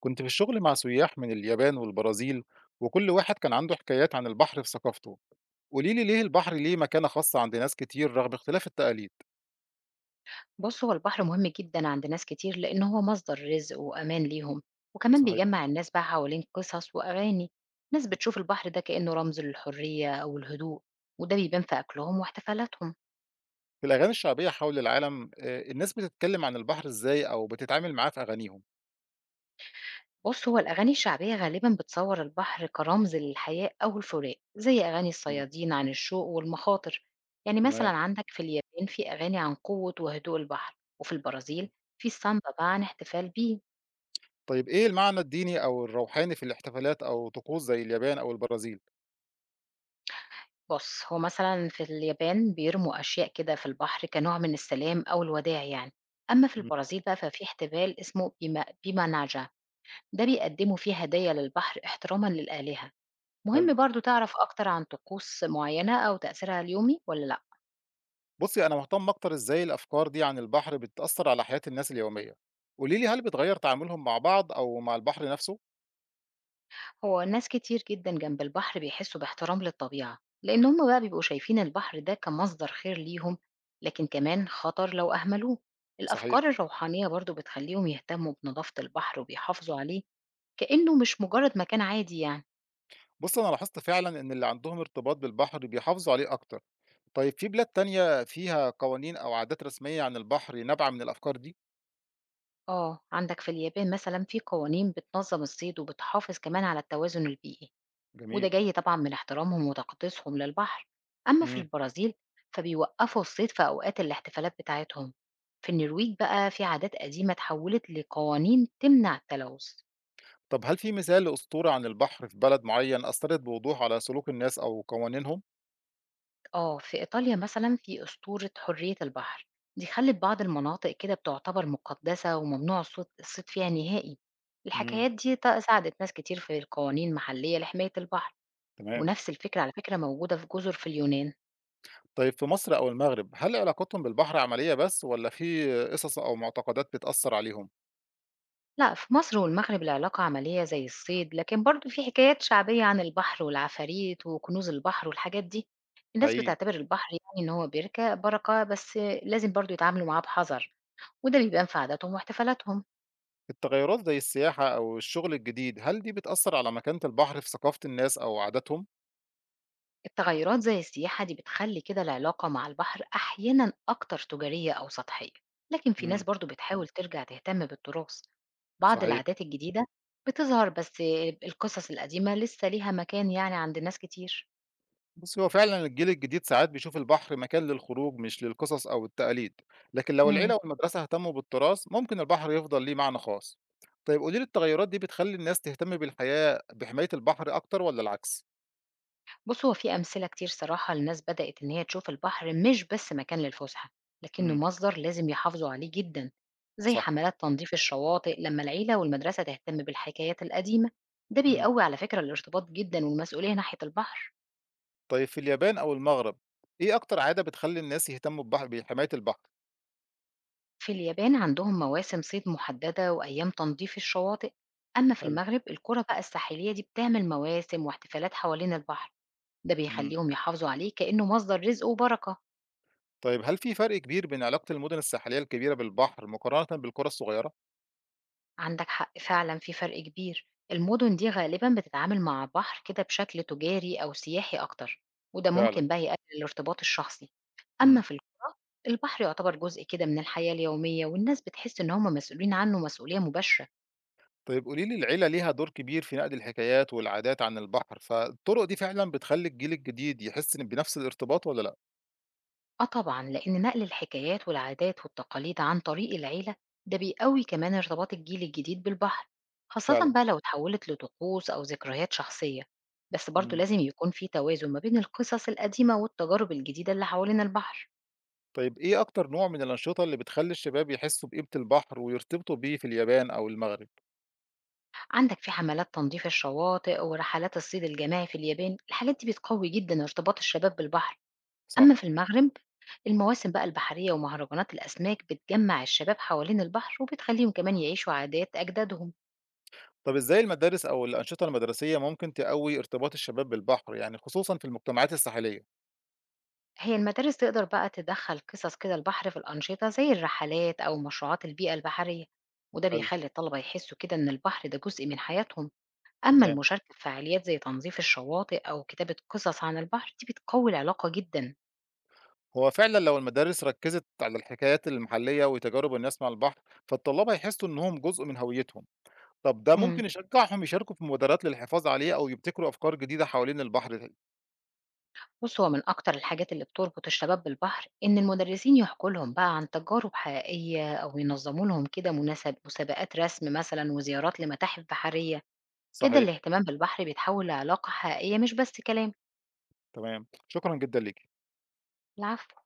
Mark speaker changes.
Speaker 1: كنت في الشغل مع سياح من اليابان والبرازيل، وكل واحد كان عنده حكايات عن البحر في ثقافته. قولي لي ليه البحر ليه مكانة خاصة عند ناس كتير رغم اختلاف التقاليد؟
Speaker 2: بص هو البحر مهم جدا عند ناس كتير لأن هو مصدر رزق وأمان ليهم، وكمان
Speaker 1: صحيح.
Speaker 2: بيجمع الناس بقى حوالين قصص وأغاني. ناس بتشوف البحر ده كأنه رمز للحرية أو الهدوء، وده بيبان في أكلهم واحتفالاتهم.
Speaker 1: في الأغاني الشعبية حول العالم، آه، الناس بتتكلم عن البحر إزاي أو بتتعامل معاه في أغانيهم؟
Speaker 2: بص هو الأغاني الشعبية غالبا بتصور البحر كرمز للحياة أو الفراق، زي أغاني
Speaker 1: مم.
Speaker 2: الصيادين عن الشوق والمخاطر. يعني مثلا
Speaker 1: تمام.
Speaker 2: عندك في اليابان في أغاني عن قوة وهدوء البحر، وفي البرازيل في السامبا بقى عن احتفال بيه.
Speaker 1: طيب إيه المعنى الديني أو الروحاني في الاحتفالات أو طقوس زي اليابان أو البرازيل؟
Speaker 2: بُص، هو مثلًا في اليابان بيرموا أشياء كده في البحر كنوع من السلام أو الوداع يعني، أمّا في
Speaker 1: مم.
Speaker 2: البرازيل بقى ففي احتفال اسمه بيما بيمانجا، ده بيقدموا فيه هدايا للبحر احترامًا للآلهة.
Speaker 1: حلو.
Speaker 2: مهم برضه تعرف أكتر عن طقوس معيّنة أو تأثيرها اليومي والّا لأ؟
Speaker 1: بصي أنا مهتم أكتر إزاي الأفكار دي عن البحر بتأثر على حياة الناس اليومية. قولي لي هل بتغير تعاملهم مع بعض أو مع البحر نفسه؟
Speaker 2: هو ناس كتير جدًا جنب البحر بيحسوا باحترام للطبيعة، لإن هُم بقى بيبقوا شايفين البحر ده كمصدر خير ليهم، لكن كمان خطر لو أهملوه.
Speaker 1: صحيح.
Speaker 2: الأفكار الروحانية برضه بتخلّيهم يهتموا بنضافة البحر وبيحافظوا عليه، كإنه مش مجرد مكان عادي يعني.
Speaker 1: بُص، أنا لاحظت فعلًا إن اللي عندهم ارتباط بالبحر بيحافظوا عليه أكتر. طيب في بلاد تانية فيها قوانين أو عادات رسمية عن البحر نابعة من الأفكار دي؟
Speaker 2: آه، عندك في اليابان مثلًا في قوانين بتنظم الصيد وبتحافظ كمان على التوازن البيئي، وده
Speaker 1: جميل.
Speaker 2: جاي طبعًا من احترامهم وتقديسهم للبحر. أما في
Speaker 1: امم.
Speaker 2: البرازيل فبيوقفوا الصيد في أوقات الاحتفالات بتاعتهم. في النرويج بقى في عادات قديمة اتحولت لقوانين تمنع التلوث.
Speaker 1: طب هل في مثال لأسطورة عن البحر في بلد معين أثّرت بوضوح على سلوك الناس أو قوانينهم؟
Speaker 2: آه، في إيطاليا مثلا في أسطورة حرية البحر، دي خلت بعض المناطق كده بتعتبر مقدسة وممنوع الصيد فيها نهائي.
Speaker 1: امم،
Speaker 2: الحكايات دي ساعدت ناس كتير في القوانين محلية لحماية البحر،
Speaker 1: تمام.
Speaker 2: ونفس الفكرة على فكرة موجودة في جزر في اليونان.
Speaker 1: طيب في مصر أو المغرب، هل علاقتهم بالبحر عملية بس والّا في قصص أو معتقدات بتأثّر عليهم؟
Speaker 2: لا، في مصر والمغرب العلاقة عملية زي الصيد، لكن برضو في حكايات شعبية عن البحر والعفاريت وكنوز البحر والحاجات دي. الناس
Speaker 1: حقيقي.
Speaker 2: بتعتبر البحر يعني إن هو بركة بركة، بس لازم برضو يتعاملوا معاه بحذر، وده بيبان في عاداتهم واحتفالاتهم.
Speaker 1: التغيرات زي السياحة أو الشغل الجديد، هل دي بتأثّر على مكانة البحر في ثقافة الناس أو عاداتهم؟
Speaker 2: التغيرات زي السياحة دي بتخلي كده العلاقة مع البحر أحيانا أكتر تجارية أو سطحية، لكن في ناس
Speaker 1: امم.
Speaker 2: برضو بتحاول ترجع تهتم بالتراث. بعض
Speaker 1: صحيح.
Speaker 2: العادات الجديدة بتظهر، بس القصص القديمة لسه ليها مكان يعني عند ناس كتير.
Speaker 1: بُصّي، هو فعلًا الجيل الجديد ساعات بيشوف البحر مكان للخروج مش للقصص أو التقاليد، لكن لو العيلة
Speaker 2: مم.
Speaker 1: والمدرسة اهتموا بالتراث ممكن البحر يفضل ليه معنى خاص. طيب قولي لي التغيرات دي بتخلّي الناس تهتم بالحياة بحماية البحر أكتر والّا العكس؟
Speaker 2: بص هو في أمثلة كتير صراحة لناس بدأت إن هي تشوف البحر مش بس مكان للفسحة، لكنه
Speaker 1: إمم،
Speaker 2: مصدر لازم يحافظوا عليه جدا، زي
Speaker 1: صح.
Speaker 2: حملات تنظيف الشواطئ. لما العيلة والمدرسة تهتم بالحكايات القديمة، ده
Speaker 1: إمم.
Speaker 2: بيقوي على فكرة الارتباط جدا والمسؤولية ناحية البحر.
Speaker 1: طيب في اليابان أو المغرب، إيه أكتر عادة بتخلّي الناس يهتموا ببح بحماية البحر؟
Speaker 2: في اليابان عندهم مواسم صيد محددة وأيام تنظيف الشواطئ، أما في
Speaker 1: حلو.
Speaker 2: المغرب القرى بقى الساحلية دي بتعمل مواسم واحتفالات حوالين البحر، ده
Speaker 1: إمم.
Speaker 2: بيخليهم يحافظوا عليه كأنه مصدر رزق وبركة.
Speaker 1: طيب هل في فرق كبير بين علاقة المدن الساحلية الكبيرة بالبحر مقارنة بالقرى الصغيرة؟
Speaker 2: عندك حق فعلا، في فرق كبير. المدن دي غالبا بتتعامل مع بحر كده بشكل تجاري أو سياحي أكتر، وده
Speaker 1: فعلًا.
Speaker 2: ممكن بقى يقلل الارتباط الشخصي. أما
Speaker 1: إمم.
Speaker 2: في الج- البحر يعتبر جزء كده من الحياة اليومية، والناس بتحس إن هم مسؤولين عنه مسؤولية مباشرة.
Speaker 1: طيب قولي لي العيلة ليها دور كبير في نقل الحكايات والعادات عن البحر، فالطرق دي فعلًا بتخلّي الجيل الجديد يحس إن بنفس الارتباط والّا لأ؟
Speaker 2: آه طبعًا، لإن نقل الحكايات والعادات والتقاليد عن طريق العيلة، ده بيقوي كمان ارتباط الجيل الجديد بالبحر، خاصةً
Speaker 1: فعلًا.
Speaker 2: بقى لو اتحولت لطقوس أو ذكريات شخصية. بس برضه
Speaker 1: إمم.
Speaker 2: لازم يكون في توازن ما بين القصص القديمة والتجارب الجديدة اللي حوالين البحر.
Speaker 1: طيب إيه أكتر نوع من الأنشطة اللي بتخلّي الشباب يحسّوا بقيمة البحر ويرتبطوا بيه في اليابان أو المغرب؟
Speaker 2: عندك في حملات تنظيف الشواطئ ورحلات الصيد الجماعي في اليابان، الحاجات دي بتقوي جدًا ارتباط الشباب بالبحر. أما
Speaker 1: صح.
Speaker 2: في المغرب، المواسم بقى البحرية ومهرجانات الأسماك بتجمع الشباب حوالين البحر وبتخليهم كمان يعيشوا عادات أجدادهم.
Speaker 1: طب إزاي المدارس أو الأنشطة المدرسية ممكن تقوي ارتباط الشباب بالبحر، يعني خصوصًا في المجتمعات الساحلية؟
Speaker 2: هي المدارس تقدر بقى تدخل قصص كده البحر في الأنشطة زي الرحلات أو مشروعات البيئة البحرية، وده
Speaker 1: حلو،
Speaker 2: بيخلي الطلبة يحسوا كده إن البحر ده جزء من حياتهم. أما
Speaker 1: تمام.
Speaker 2: المشاركة في فعاليات زي تنظيف الشواطئ أو كتابة قصص عن البحر، دي بتقوي العلاقة جدا.
Speaker 1: هو فعلًا لو المدارس ركّزت على الحكايات المحلية وتجارب الناس مع البحر، فالطلاب هيحسّوا إنهم جزء من هويتهم. طب ده
Speaker 2: مم.
Speaker 1: ممكن يشجّعهم يشاركوا في مبادرات للحفاظ عليه أو يبتكروا أفكار جديدة حوالين البحر؟
Speaker 2: بص هو من أكتر الحاجات اللي بتربط الشباب بالبحر، إن المدرسين يحكوا لهم بقى عن تجارب حقيقية أو ينظموا لهم كده مناسب مسابقات رسم مثلا وزيارات لمتاحف بحرية. كده
Speaker 1: صحيح،
Speaker 2: الاهتمام بالبحر بيتحول لعلاقة حقيقية مش بس كلام.
Speaker 1: تمام، شكرًا جدًا ليكِ.
Speaker 2: العفو.